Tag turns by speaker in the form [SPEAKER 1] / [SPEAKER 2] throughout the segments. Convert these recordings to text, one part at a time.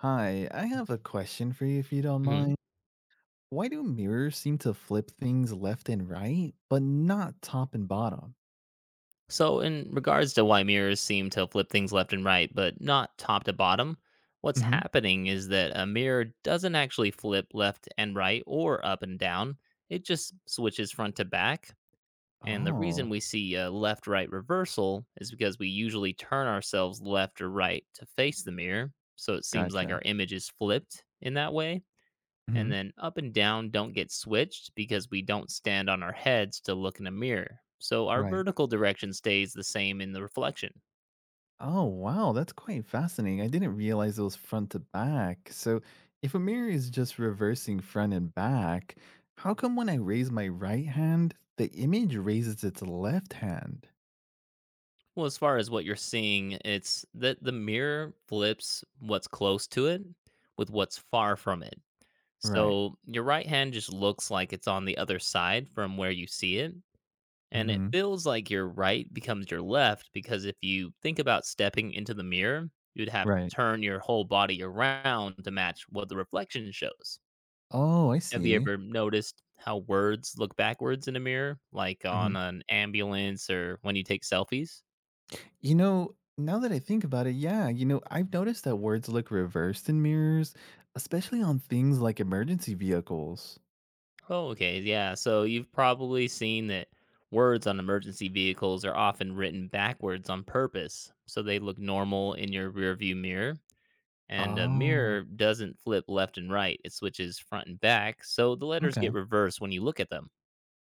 [SPEAKER 1] Hi, I have a question for you if you don't
[SPEAKER 2] hmm
[SPEAKER 1] mind. Why do mirrors seem to flip things left and right, but not top and bottom?
[SPEAKER 2] So, in regards to why mirrors seem to flip things left and right, but not top to bottom, what's
[SPEAKER 1] Hmm.
[SPEAKER 2] happening is that a mirror doesn't actually flip left and right or up and down. It just switches front to back. And the reason
[SPEAKER 1] Oh,
[SPEAKER 2] we see a left right reversal is because we usually turn ourselves left or right to face the mirror. So it seems like
[SPEAKER 1] gotcha.
[SPEAKER 2] our image is flipped in that way. And
[SPEAKER 1] Hmm.
[SPEAKER 2] then up and down don't get switched because we don't stand on our heads to look in a mirror. So our
[SPEAKER 1] Right.
[SPEAKER 2] vertical direction stays the same in the reflection.
[SPEAKER 1] Oh, wow, that's quite fascinating. I didn't realize it was front to back. So, if a mirror is just reversing front and back, how come when I raise my right hand, the image raises its left hand?
[SPEAKER 2] Well, as far as what you're seeing, it's that the mirror flips what's close to it with what's far from it.
[SPEAKER 1] Right.
[SPEAKER 2] So your right hand just looks like it's on the other side from where you see it. And it
[SPEAKER 1] Hmm.
[SPEAKER 2] feels like your right becomes your left because if you think about stepping into the mirror, you'd have to
[SPEAKER 1] Right.
[SPEAKER 2] turn your whole body around to match what the reflection shows.
[SPEAKER 1] Oh, I
[SPEAKER 2] Have you
[SPEAKER 1] see.
[SPEAKER 2] ever noticed how words look backwards in a mirror, like
[SPEAKER 1] Mm-hmm.
[SPEAKER 2] on an ambulance or when you take selfies?
[SPEAKER 1] You know, Now that I think about it, yeah, I've noticed that words look reversed in mirrors, especially on things like emergency vehicles.
[SPEAKER 2] Oh, okay. Yeah. So you've probably seen that words on emergency vehicles are often written backwards on purpose. So they look normal in your rearview mirror. And a
[SPEAKER 1] Oh,
[SPEAKER 2] mirror doesn't flip left and right, it switches front and back. So the letters get
[SPEAKER 1] okay.
[SPEAKER 2] reversed when you look at them.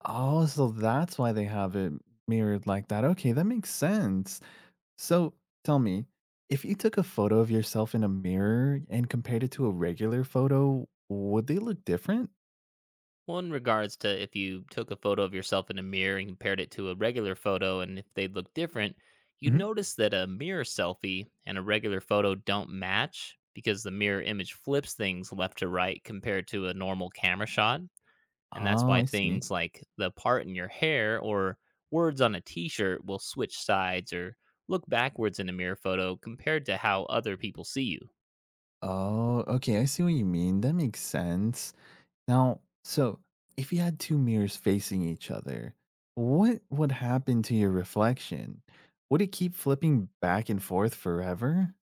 [SPEAKER 1] Oh, so that's why they have it mirrored like that. Okay, that makes sense. So tell me, if you took a photo of yourself in a mirror and compared it to a regular photo, would they look different?
[SPEAKER 2] Well, in regards to if you took a photo of yourself in a mirror and compared it to a regular photo, and if they look different, you'd
[SPEAKER 1] Hmm.
[SPEAKER 2] notice that a mirror selfie and a regular photo don't match because the mirror image flips things left to right compared to a normal camera shot. And that's
[SPEAKER 1] Oh,
[SPEAKER 2] why
[SPEAKER 1] I see.
[SPEAKER 2] things like the part in your hair or words on a t shirt will switch sides or look backwards in a mirror photo compared to how other people see you.
[SPEAKER 1] Oh, okay, I see what you mean. That makes sense. Now, so if you had two mirrors facing each other, what would happen to your reflection? Would it keep flipping back and forth forever?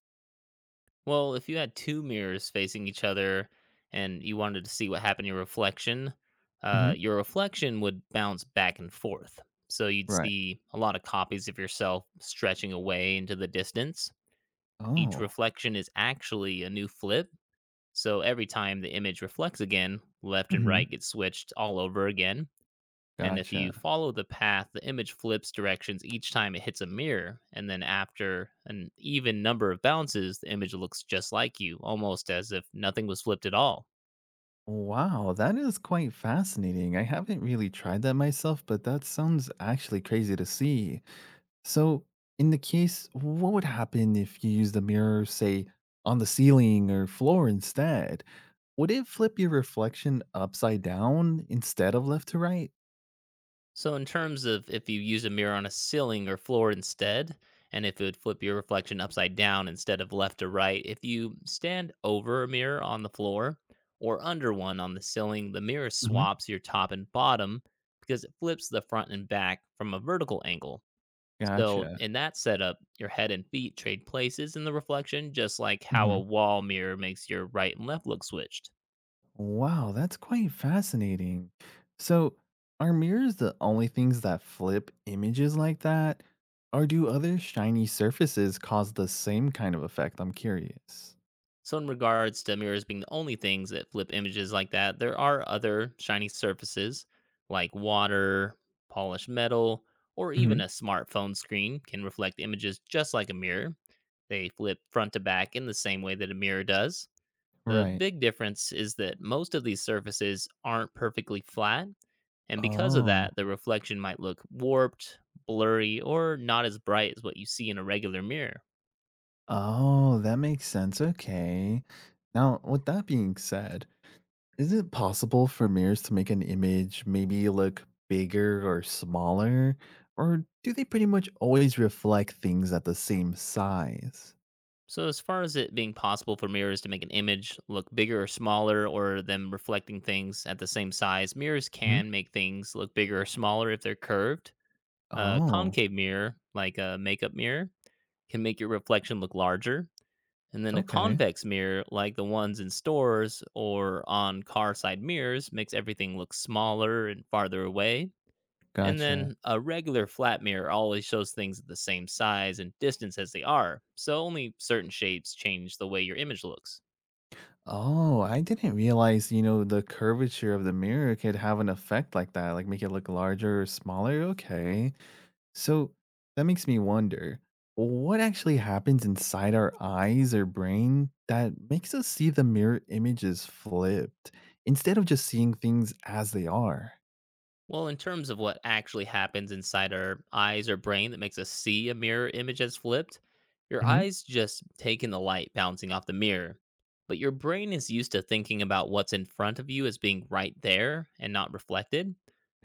[SPEAKER 2] Well, if you had two mirrors facing each other and you wanted to see what happened to
[SPEAKER 1] Hmm.
[SPEAKER 2] your reflection would bounce back and forth. So you'd
[SPEAKER 1] Right.
[SPEAKER 2] see a lot of copies of yourself stretching away into the distance. Each
[SPEAKER 1] Oh,
[SPEAKER 2] reflection is actually a new flip. So every time the image reflects again, left and
[SPEAKER 1] hmm,
[SPEAKER 2] right get switched all over again. And if you
[SPEAKER 1] gotcha.
[SPEAKER 2] follow the path, the image flips directions each time it hits a mirror. And then after an even number of bounces, the image looks just like you, almost as if nothing was flipped at all.
[SPEAKER 1] Wow, that is quite fascinating. I haven't really tried that myself, but that sounds actually crazy to see. So, in the case, what would happen if you used a mirror, say, on the ceiling or floor instead? Would it flip your reflection upside down instead of left to right?
[SPEAKER 2] So, in terms of if you use a mirror on a ceiling or floor instead, and if it would flip your reflection upside down instead of left to right, if you stand over a mirror on the floor or under one on the ceiling, the mirror
[SPEAKER 1] Hmm.
[SPEAKER 2] swaps your top and bottom because it flips the front and back from a vertical angle. So,
[SPEAKER 1] Gotcha.
[SPEAKER 2] in that setup, your head and feet trade places in the reflection, just like how
[SPEAKER 1] Hmm.
[SPEAKER 2] a wall mirror makes your right and left look switched.
[SPEAKER 1] Wow, that's quite fascinating. So, are mirrors the only things that flip images like that? Or do other shiny surfaces cause the same kind of effect? I'm curious.
[SPEAKER 2] So, in regards to mirrors being the only things that flip images like that, there are other shiny surfaces like water, polished metal, or even
[SPEAKER 1] Hmm.
[SPEAKER 2] a smartphone screen can reflect images just like a mirror. They flip front to back in the same way that a mirror does. The
[SPEAKER 1] Right.
[SPEAKER 2] big difference is that most of these surfaces aren't perfectly flat, and because of
[SPEAKER 1] Oh.
[SPEAKER 2] that, the reflection might look warped, blurry, or not as bright as what you see in a regular mirror.
[SPEAKER 1] Oh, that makes sense, okay. Now, with that being said, is it possible for mirrors to make an image maybe look bigger or smaller, or do they pretty much always reflect things at the same size?
[SPEAKER 2] So, as far as it being possible for mirrors to make an image look bigger or smaller, or them reflecting things at the same size, mirrors
[SPEAKER 1] Mhm.
[SPEAKER 2] can make things look bigger or smaller if they're curved. A
[SPEAKER 1] Oh,
[SPEAKER 2] concave mirror, like a makeup mirror, can make your reflection look larger, and then a
[SPEAKER 1] okay.
[SPEAKER 2] convex mirror, like the ones in stores or on car side mirrors, makes everything look smaller and farther away. And
[SPEAKER 1] Gotcha.
[SPEAKER 2] then a regular flat mirror always shows things the same size and distance as they are, so only certain shapes change the way your image looks.
[SPEAKER 1] Oh, I didn't realize, the curvature of the mirror could have an effect like that, like make it look larger or smaller, okay. So that makes me wonder what actually happens inside our eyes or brain that makes us see the mirror images flipped instead of just seeing things as they are?
[SPEAKER 2] Well, in terms of what actually happens inside our eyes or brain that makes us see a mirror image as flipped, your
[SPEAKER 1] Hmm.
[SPEAKER 2] eyes just take in the light bouncing off the mirror. But your brain is used to thinking about what's in front of you as being right there and not reflected.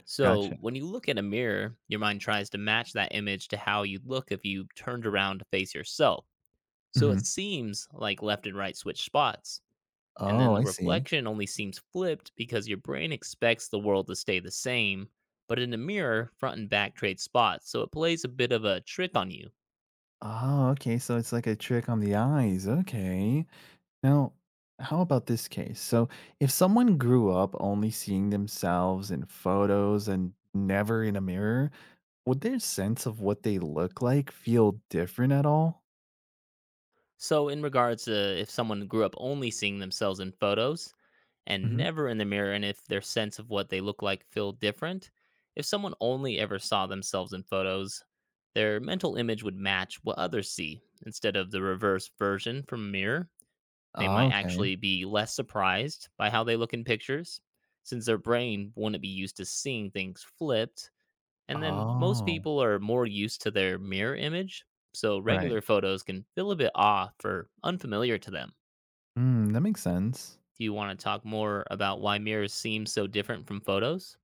[SPEAKER 2] So
[SPEAKER 1] Gotcha.
[SPEAKER 2] when you look at a mirror, your mind tries to match that image to how you'd look if you turned around to face yourself. So
[SPEAKER 1] Hmm.
[SPEAKER 2] it seems like left and right switch spots. And then
[SPEAKER 1] Oh,
[SPEAKER 2] the
[SPEAKER 1] I see.
[SPEAKER 2] reflection only seems flipped because your brain expects the world to stay the same, but in the mirror, front and back trade spots, so it plays a bit of a trick on you.
[SPEAKER 1] Oh, okay. So it's like a trick on the eyes. Okay. Now, how about this case? So, if someone grew up only seeing themselves in photos and never in a mirror, would their sense of what they look like feel different at all?
[SPEAKER 2] So, in regards to if someone grew up only seeing themselves in photos and
[SPEAKER 1] Mhm.
[SPEAKER 2] never in the mirror, and if their sense of what they look like feel different, if someone only ever saw themselves in photos, their mental image would match what others see instead of the reverse version from a mirror. They
[SPEAKER 1] Oh,
[SPEAKER 2] might
[SPEAKER 1] okay.
[SPEAKER 2] actually be less surprised by how they look in pictures, since their brain wouldn't be used to seeing things flipped. And then most
[SPEAKER 1] Oh,
[SPEAKER 2] people are more used to their mirror image, so
[SPEAKER 1] right.
[SPEAKER 2] regular photos can feel a bit off or unfamiliar to them.
[SPEAKER 1] Hmm. That makes sense.
[SPEAKER 2] Do you want to talk more about why mirrors seem so different from photos?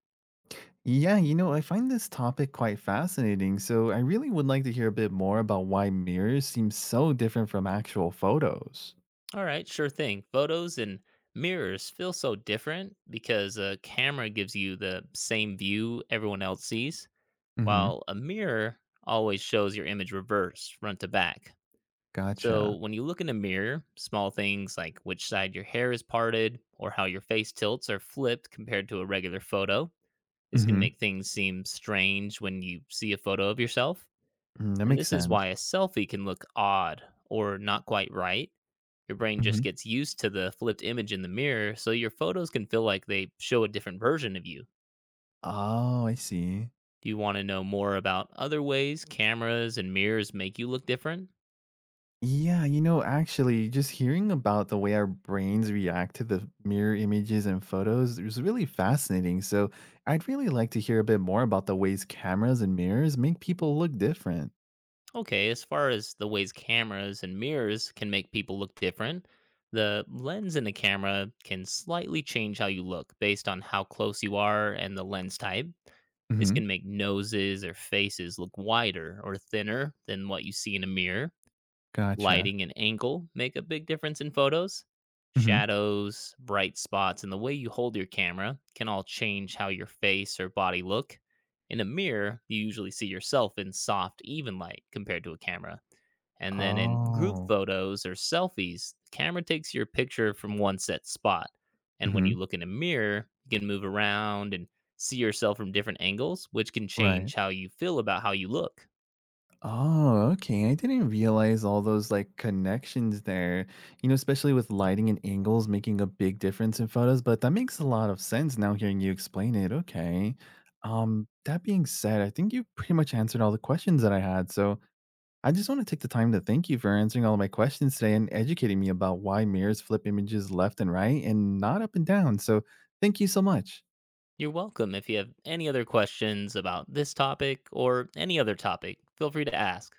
[SPEAKER 1] Yeah, you know, I find this topic quite fascinating, so I really would like to hear a bit more about why mirrors seem so different from actual photos.
[SPEAKER 2] All right, sure thing. Photos and mirrors feel so different because a camera gives you the same view everyone else sees
[SPEAKER 1] Mm-hmm.
[SPEAKER 2] while a mirror always shows your image reverse, front to back. So
[SPEAKER 1] Gotcha.
[SPEAKER 2] when you look in a mirror, small things like which side your hair is parted or how your face tilts are flipped compared to a regular photo. This can
[SPEAKER 1] Mm-hmm.
[SPEAKER 2] make things seem strange when you see a photo of yourself.
[SPEAKER 1] That
[SPEAKER 2] And
[SPEAKER 1] makes
[SPEAKER 2] this is
[SPEAKER 1] sense.
[SPEAKER 2] why a selfie can look odd or not quite right. Your brain just
[SPEAKER 1] Mm-hmm.
[SPEAKER 2] gets used to the flipped image in the mirror, so your photos can feel like they show a different version of you.
[SPEAKER 1] Oh, I see.
[SPEAKER 2] Do you want to know more about other ways cameras and mirrors make you look different?
[SPEAKER 1] Yeah, you know, actually, just hearing about the way our brains react to the mirror images and photos is really fascinating. So, I'd really like to hear a bit more about the ways cameras and mirrors make people look different.
[SPEAKER 2] Okay, as far as the ways cameras and mirrors can make people look different, the lens in the camera can slightly change how you look based on how close you are and the lens type. This
[SPEAKER 1] Hmm.
[SPEAKER 2] can make noses or faces look wider or thinner than what you see in a mirror.
[SPEAKER 1] Gotcha.
[SPEAKER 2] Lighting and angle make a big difference in photos.
[SPEAKER 1] Hmm.
[SPEAKER 2] Shadows, bright spots, and the way you hold your camera can all change how your face or body look. In a mirror, you usually see yourself in soft, even light compared to a camera. And then in group
[SPEAKER 1] Oh.
[SPEAKER 2] photos or selfies, the camera takes your picture from one set spot. And when
[SPEAKER 1] Hmm.
[SPEAKER 2] you look in a mirror, you can move around and see yourself from different angles, which can
[SPEAKER 1] Right.
[SPEAKER 2] change how you feel about how you look.
[SPEAKER 1] Oh, okay. I didn't realize all those like connections there, especially with lighting and angles making a big difference in photos, but that makes a lot of sense now hearing you explain it. Okay. That being said, I think you pretty much answered all the questions that I had. So I just want to take the time to thank you for answering all of my questions today and educating me about why mirrors flip images left and right and not up and down. So thank you so much.
[SPEAKER 2] You're welcome. If you have any other questions about this topic or any other topic, feel free to ask.